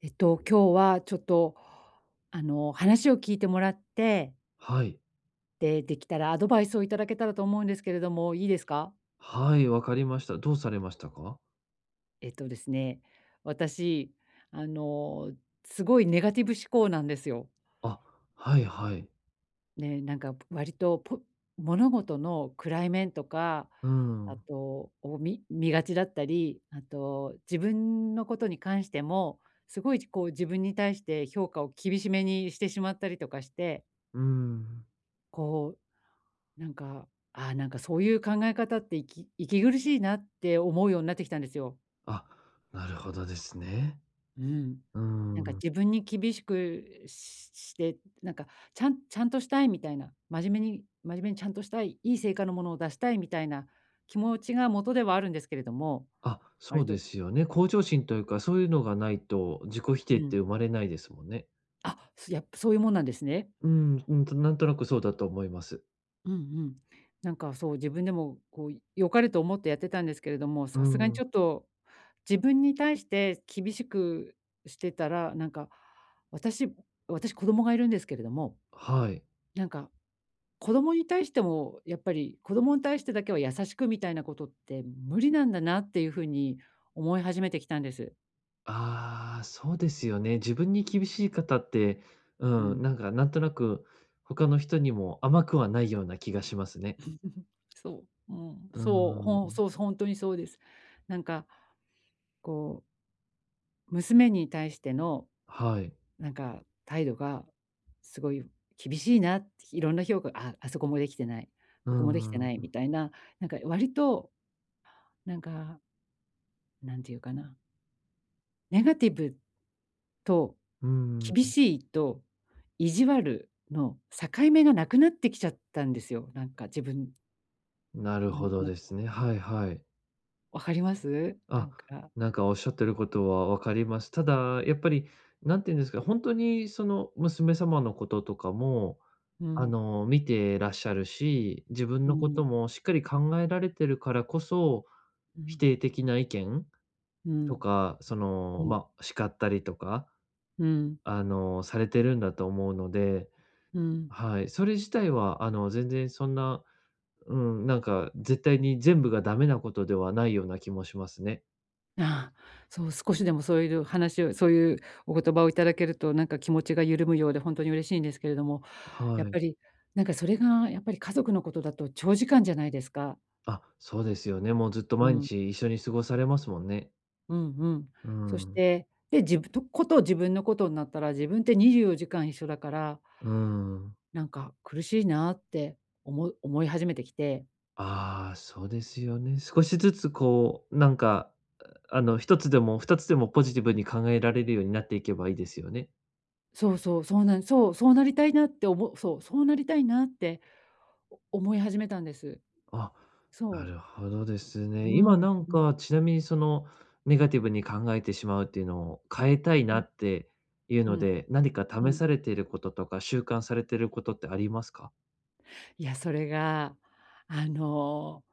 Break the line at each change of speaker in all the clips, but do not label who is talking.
今日はちょっと、話を聞いてもらって、
はい。
で、できたらアドバイスをいただけたらと思うんですけれども、いいですか？
はい、わかりました。どうされましたか？
えっとですね、私、あの、すごいネガティブ思考なんですよ。
あ、はいはい。
ね、なんか割とポ物事の暗い面とか、
うん、
あ
う
と、見がちだったり、あと自分のことに関しても、すごいこう自分に対して評価を厳しめにしてしまったりとかして、
ーん。
こなんか、ああ、なんかそういう考え方って息苦しいなって思うようになってきたんですよ。
あ、なるほどですね。
うん。
うー
なんか
ん。
自分に厳しくしして、なんかちゃんとしたいみたいな、真面目にちゃんとしたい、いい成果のものを出したいみたいな気持ちが元ではあるんですけれども、
あ、そ
割
うで
と
すよね。向上心というか、そういうのがないと、自己否
う
定っ
ん、
て生まれないですもんね。
あ、やっぱそういうもんなんですね。
うん、うん、と、なんとなくそうだと思います。
うんうん。なんかそう、自分でもこう良かれと思ってやってたんですけれども、
う
さすがにち
ん、
ょっと自分に対して厳しくしてたら、なんか私私子供がいるんですけれども、
はい。
なんか子供に対してもやっぱり子供に対してだけは優しくみたいなことって無理なんだなっていうふうに思い始めてきたんです。
ああ、そうですよね。自分に厳しい方って、
う
う
ん。
ん、なんとなく、他の人にも甘くはないような気がしますね。
そう。うん。
うー
そう、ほん
ん、
そう、本当にそうです。なんかこう、娘に対しての
はい。
なんか態度がすごい厳しいなって、いろんな評価があそこもできてない、
うー
ここもできて
ん、
ない
う
みたいな、なんか割と、なんか、なんていうかな、ネガティブと
ー
厳
ん、
しいと意地悪の境目がなくなってきちゃったんですよ。なんか自分、
なる
なん
ほ
と
ど
なく。
ですね。はいはい。
わかります？な
あ、
んか、
なんかおっしゃってることはわかります。ただ、やっぱり、なんていうんですか、本当にその娘様のこととかも、
う
あ
ん、
の、見てらっしゃるし、自分
う
のこ
ん、
ともしっかり考えられてるからこそ、
う
否
ん、
定的な意見
う
と
ん、
か、そ
う
の、
ん、
まあ、叱ったりとか、
うん、
あの、されてるんだと思うので、
うん。
はい、それ自体はあの、全然そんな、うん、なんか絶対に全部がダメなことではないような気もしますね。
ああ、そう、少しでもそういう話をそういうお言葉をいただけると、なんか気持ちが緩むようで本当に嬉しいんですけれども、やっ
は
ぱ
い。
り、なんかそれがやっぱり家族のことだと長時間じゃないですか。
あ、そうですよね。もうずっと
う
毎
ん、
日一緒に過ごされますもんね。
うんうん。
う
そし
ん。
て、で、自分のことになったら、自分って24時間一緒だから、
うん。
なんか苦しいなって思い始めてきて。
ああ、そうですよね。少しずつこう、なんか、あの、一つでも二つでもポジティブに考えられるようになっていけばいいですよね。
そうそう、そうなんそう、そうなりたいなっておもそう、そうなりたいなって思い始めたんです。
あ、な
そう。
るほどです
う
ね。今
ん、
なん
うん、
か、ちなみにその、ネガティブに考えてしまうっていうのを変えたい
う
な
ん、
っていう
う
の
ん。
で、何か
う
試
ん。
されていることとか、習慣されていることってありますか？
いや、それが、あの、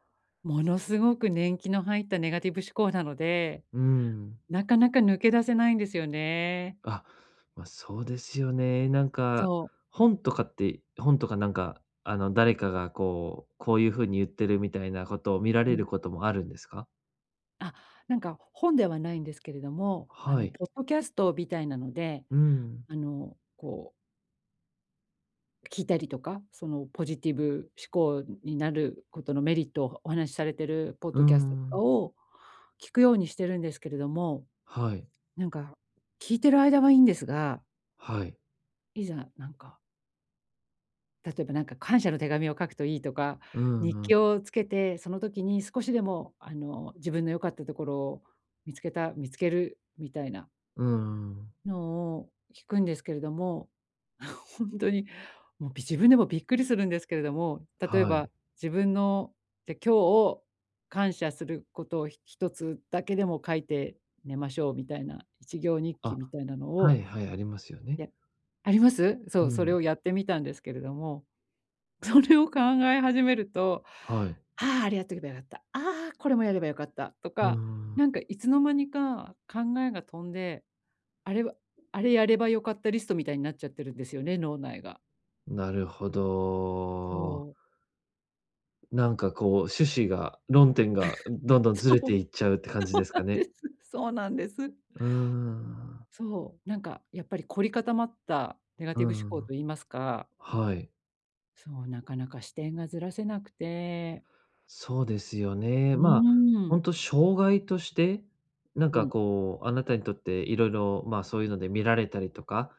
ものすごく年季の入ったネガティブ思考なので、
うーん。
なかなか抜け出せないんですよね。
あ、まあ、そうですよね。なんか、
そう。
本とかなんか、あの、誰かがこう、こういう風に言ってるみたいなことを見ら
う
れ
ん。
ることもあるんですか？
あ、なんか本ではないんですけれども、
はい。
ポッドキャストみたいなので、
うん。
あの、こう、聞いたりとか、そのポジティブ思考になることのメリットをお話しされてるポッ
うー
ドキャストとか
ん。
を聞くようにしてるんですけれども、
はい。
なんか聞いてる間はいいんですが、
はい。
いざ例えばなんか感謝の手紙を書くといいとか、
う
日記
ん。
をつけて、その時に少しでも自分の良かったところを見つけるみたいな
うんうん。
のを聞くんですけれども、本当にもうび自分でもびっくりするんですけれども、例え
は
ば
い。
自分のじゃ、今日を感謝することを一つだけでも書いて寝ましょうみたいな、一行日記
あ、
みたいなの
は
を、
いはい、ありますよ
い
ね。
やあります？そう、
う
それ
ん。
をやってみたんですけれども それを考え始めると、
はい。
ああ、あれやっとけばよかった。ああ、これもやればよかったと
うー
か、なん
ん、
かいつの間にか考えが飛んで、あれはあれやればよかったリストみたいになっちゃってるんですよね、脳内が。
なるほど。
そう。
なんかこう、趣旨が論点がどんどんずれていっ ちゃうって感じで
そうな
すか
ん
ね。
です。そうなんです。
うーん。
そう、なんかやっぱり凝り固まったネガ
う
ティブ思考
ん。
と言いますか、
はい。
そう、なかなか視点がずらせなくて、
そうですよね。
う
まあ、
ー
本
ん、
当障害として、なん
う
か
ん、
こう、あなたにとっていろいろまあ、そういうので見られたりとか、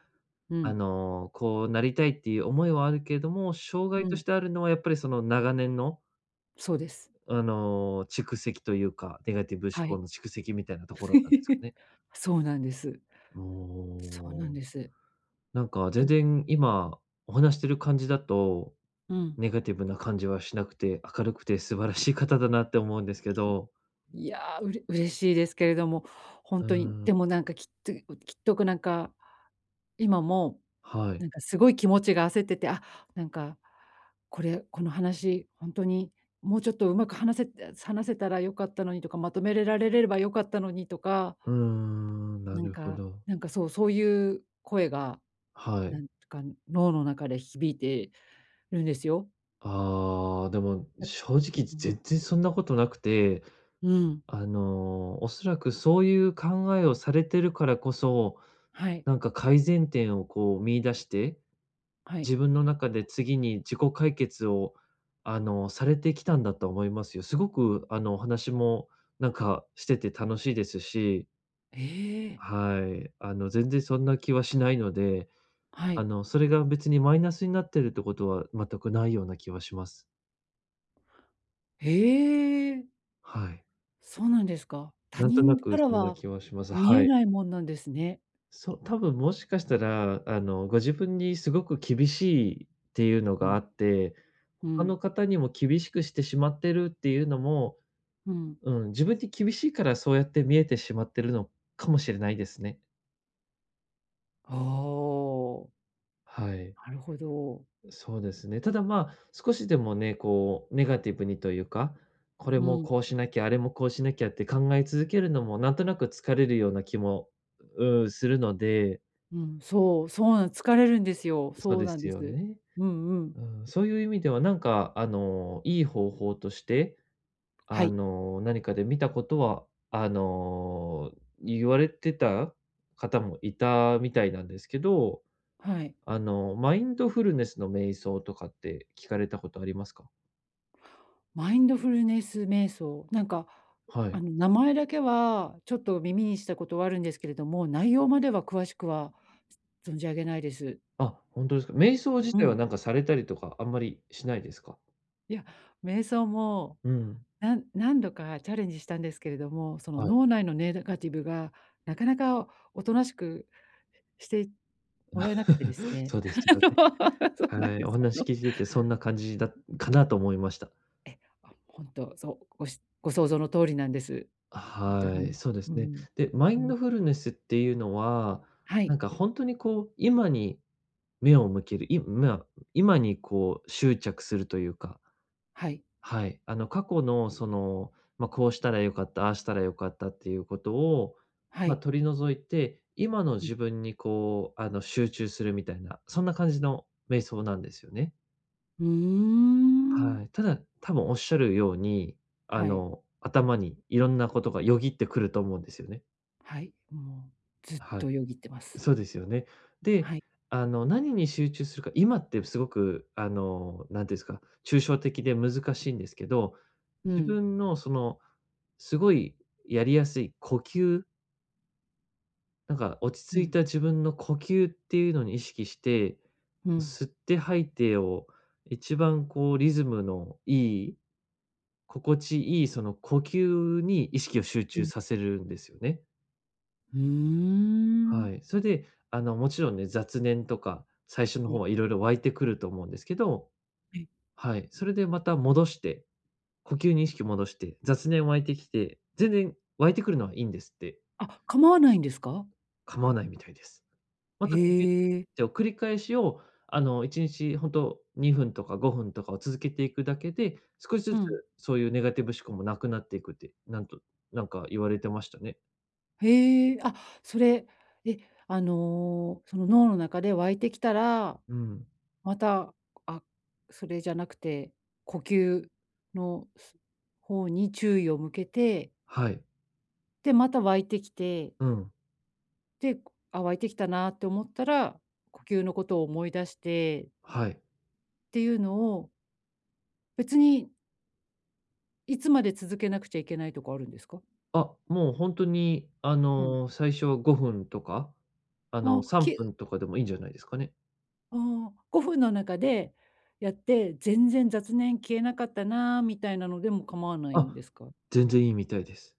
う
あ
ん、
の、こうなりたいっていう思いはあるけれども、障
う
害と
ん、
してあるのはやっぱりその長年の
そうです。
あの、蓄積というか、ネガティブ思
は
考
い。
の蓄積みたいなところなんですか ね。
そうなんです。
お
そうなん
ー、
です。
なんか全
と、
然今お話してる感じだと、
うん。
ネガティブな感じはしなくて、明るくて素晴らしい方だなって思うんですけ
き
ど。
いや、嬉しいですけれども、ほん
うー
とに、
ん、
でもなんかきっとなんか、今も、
は
な
い。
んかすごい気持ちが焦ってて、あ、なんか、これ、この話、ほんとにもうちょっとうまく話せたら良かったのにとか、まとめれられれば良かったのにとか、
うーん、な
なん
るほ
か
ど。
なんか、そう、そういう声が、
は
な
い。
んか脳の中で響いてるんですよ。
ああ、でも
だ
正
うん
直
うん。
全然そんなことなくて、
うん、
あの、おそらくそういう考えをされてるからこそ、
はい、
なんか改善点をこう見出して
はい。
自分の中で次に自己解決を、あの、されてきたんだと思いますよ。すごく、あの、お話もなんかしてて楽しいですし、
ええ。
はい。あの、全然そんな気はしないので、
は
あ
い。
の、それが別にマイナスになってるってことは全くないような気はします。
へえ、
はい。
そうなんですか。他
なんとな
人か
く
ら
そんな
は
気はします。
見
は
え
い。
ないもんなんですね。
そう、多分もしかしたら、あの、ご自分にすごく厳しいっていうの
う
が
ん、
あって、
う
他
ん、
の方にも厳しくしてしまってるっていうのも、
うん。
うん、自分に厳しいからそうやって見えてしまってるのかもしれないですね。
ああ、
はい、
なるほど。
そうですね。ただ、まあ、少しでもね、こうネガティブにというか、これ
う
も
ん、
こうしなきゃ、あれもこうしなきゃって考え続けるのもなんとなく疲れるような気も、うんするので、
うん、そう、そうなん疲れるんですよ。
そう
そう
で
なん
す
で
よ
す。
ね。
うんうん。
うん、そういう意味ではなんかあの、いい方法として、
は
あ
い、
の、何かで見たことは、あの、言われてた方もいたみたいなんですけど、
はい。
あの、マインドフルネスの瞑想とかって聞かれたことありますか？
マインドフルネス瞑想、なんか、
はい。
名前だけはちょっと耳にしたことはあるんですけれども、内容までは詳しくは存じ上げないです。
あ、本当ですか。瞑想自
う
体は
ん。
なんかされたりとかあんまりしないですか？
いや、瞑想も、
うん。
何度かチャレンジしたんですけれども、その
はい。
脳内のネガティブがなかなかおとなしくしてもらえなくてです ね。
そうですよね。
そう
は
なん
い、
で
お
す。
話聞いててそんな感じだかなと思いました。
あ、ほんと、そう、ご想像の通りなんです。ほんと
は
に。
い、そうです
う
ね。
ん。
で、マイ
う
ン
ん。
ドフルネスっていうのは、
は
な
い、
んか本当にこう、今に目を向ける、今にこう執着するというか、
はい、
はい。あの過去のその、まあ、こうしたら良かった、ああしたら良かったっていうことを、
は
まあ、
い。
取り除いて、今の
うん。
自分にこう、あの集中するみたいな、そんな感じの瞑想なんですよね。
うー
は
ん。
い。ただ、多分おっしゃるように、あ
はい、
の頭にいろんなことがよぎってくると思うんですよね。
はい、もうずっ
は
と
い。
よぎってます。
そうですよね。で、
はい。
あの、何に集中するか、今ってすごく、あの、なんていうんですか、抽象的で難しいんですけど、
う
自
ん、
分のその、すごいやりやすい呼吸、なんか落
う
ち着い
ん、
た自分の呼吸っていうのに意識して、
うん、
吸って吐いてを一番こうリズムのいい、心地いいその呼吸に意識を集
う
中
ん。
させるんですよね。
うー
は
ん。
い。それで、あの、もちろんね、雑念とか、最初の
は
方
い。
はいろいろ湧いてくると思うんですけど、
え、
はい。それでまた戻して、呼吸に意識戻して、雑念湧いてきて、全然湧いてくるのはいいんですって、
あ、構わないんですか？
構わないみたいです。また呼
へえ。
吸を繰り返しを、あの、1日本当に2分とか5分とかを続けていくだけで、少し
う
ずつ
ん。
そういうネガティブ思考もなくなっていくって、なんか言われてましたね。
へえ、あ、それ、え、その脳の中で湧いてきたら、
うん。
また、あ、それじゃなくて、呼吸の方に注意を向けて、
はい。
で、また湧いてきて、
うん。
で、あ、湧いてきたなって思ったら、呼吸のことを思い出してっ
はい。
ていうのを、別にいつまで続けなくちゃいけないとかあるんですか？
あ、もうほんとに、あ
うん。
の、最初は5分とか、あの、
あ、
3
き
分とかでもいいんじゃないですかね。
ああ、5分の中でやって、全然雑念消えなかったなみたいなのでも構わないん
あ、
ですか？
全然いいみたいです。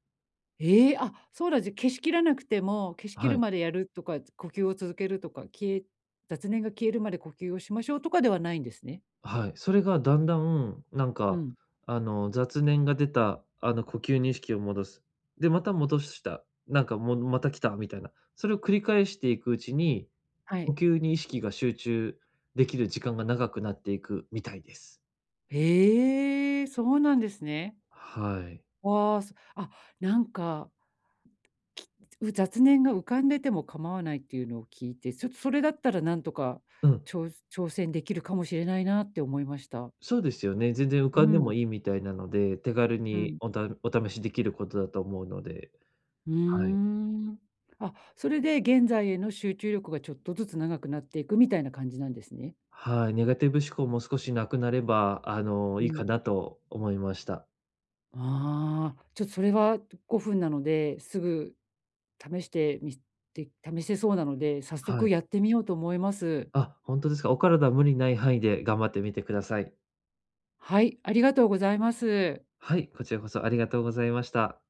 ええ、あ、そうなじゃ、消しきらなくても、消しき
は
る
い、
までやるとか、呼吸を続けるとか、雑念が消えるまで呼吸をしましょうとかではないんですね。
はい。それがだんだん、なん
う
か、
ん、
あの、雑念が出た、あの、呼吸に意識を戻す。で、また戻した。なんか、もまた来たみたいな。それを繰り返していくうちに、
は
呼
い。
吸に意識が集中できる時間が長くなっていくみたいです。
ええ、そうなんですね。
はい。
わあ、なんか、きう雑念が浮かんでても構わないっていうのを聞いて、ちょっとそれだったらなんとか
うん。
ちょう挑戦できるかもしれないなって思いました。
そうですよね。全然浮か
う
んで
ん、
もいいみたいなので、手軽
う
に
ん。
お試しできることだと思うので、
う
は
ー
い。
ん。あ、それで現在への集中力がちょっとずつ長くなっていくみたいな感じなんですね。
はい、ネガティブ思考も少しなくなれば、あの、
う
いいか
ん。
なと思いました。
ああ、ちょっとそれは5分なので、すぐ試してみて試せそうなので、早
は
速
い。
やってみようと思います。
あ、本当ですか。お体無理ない範囲で頑張ってみてください。
はい、ありがとうございます。
はい、こちらこそありがとうございました。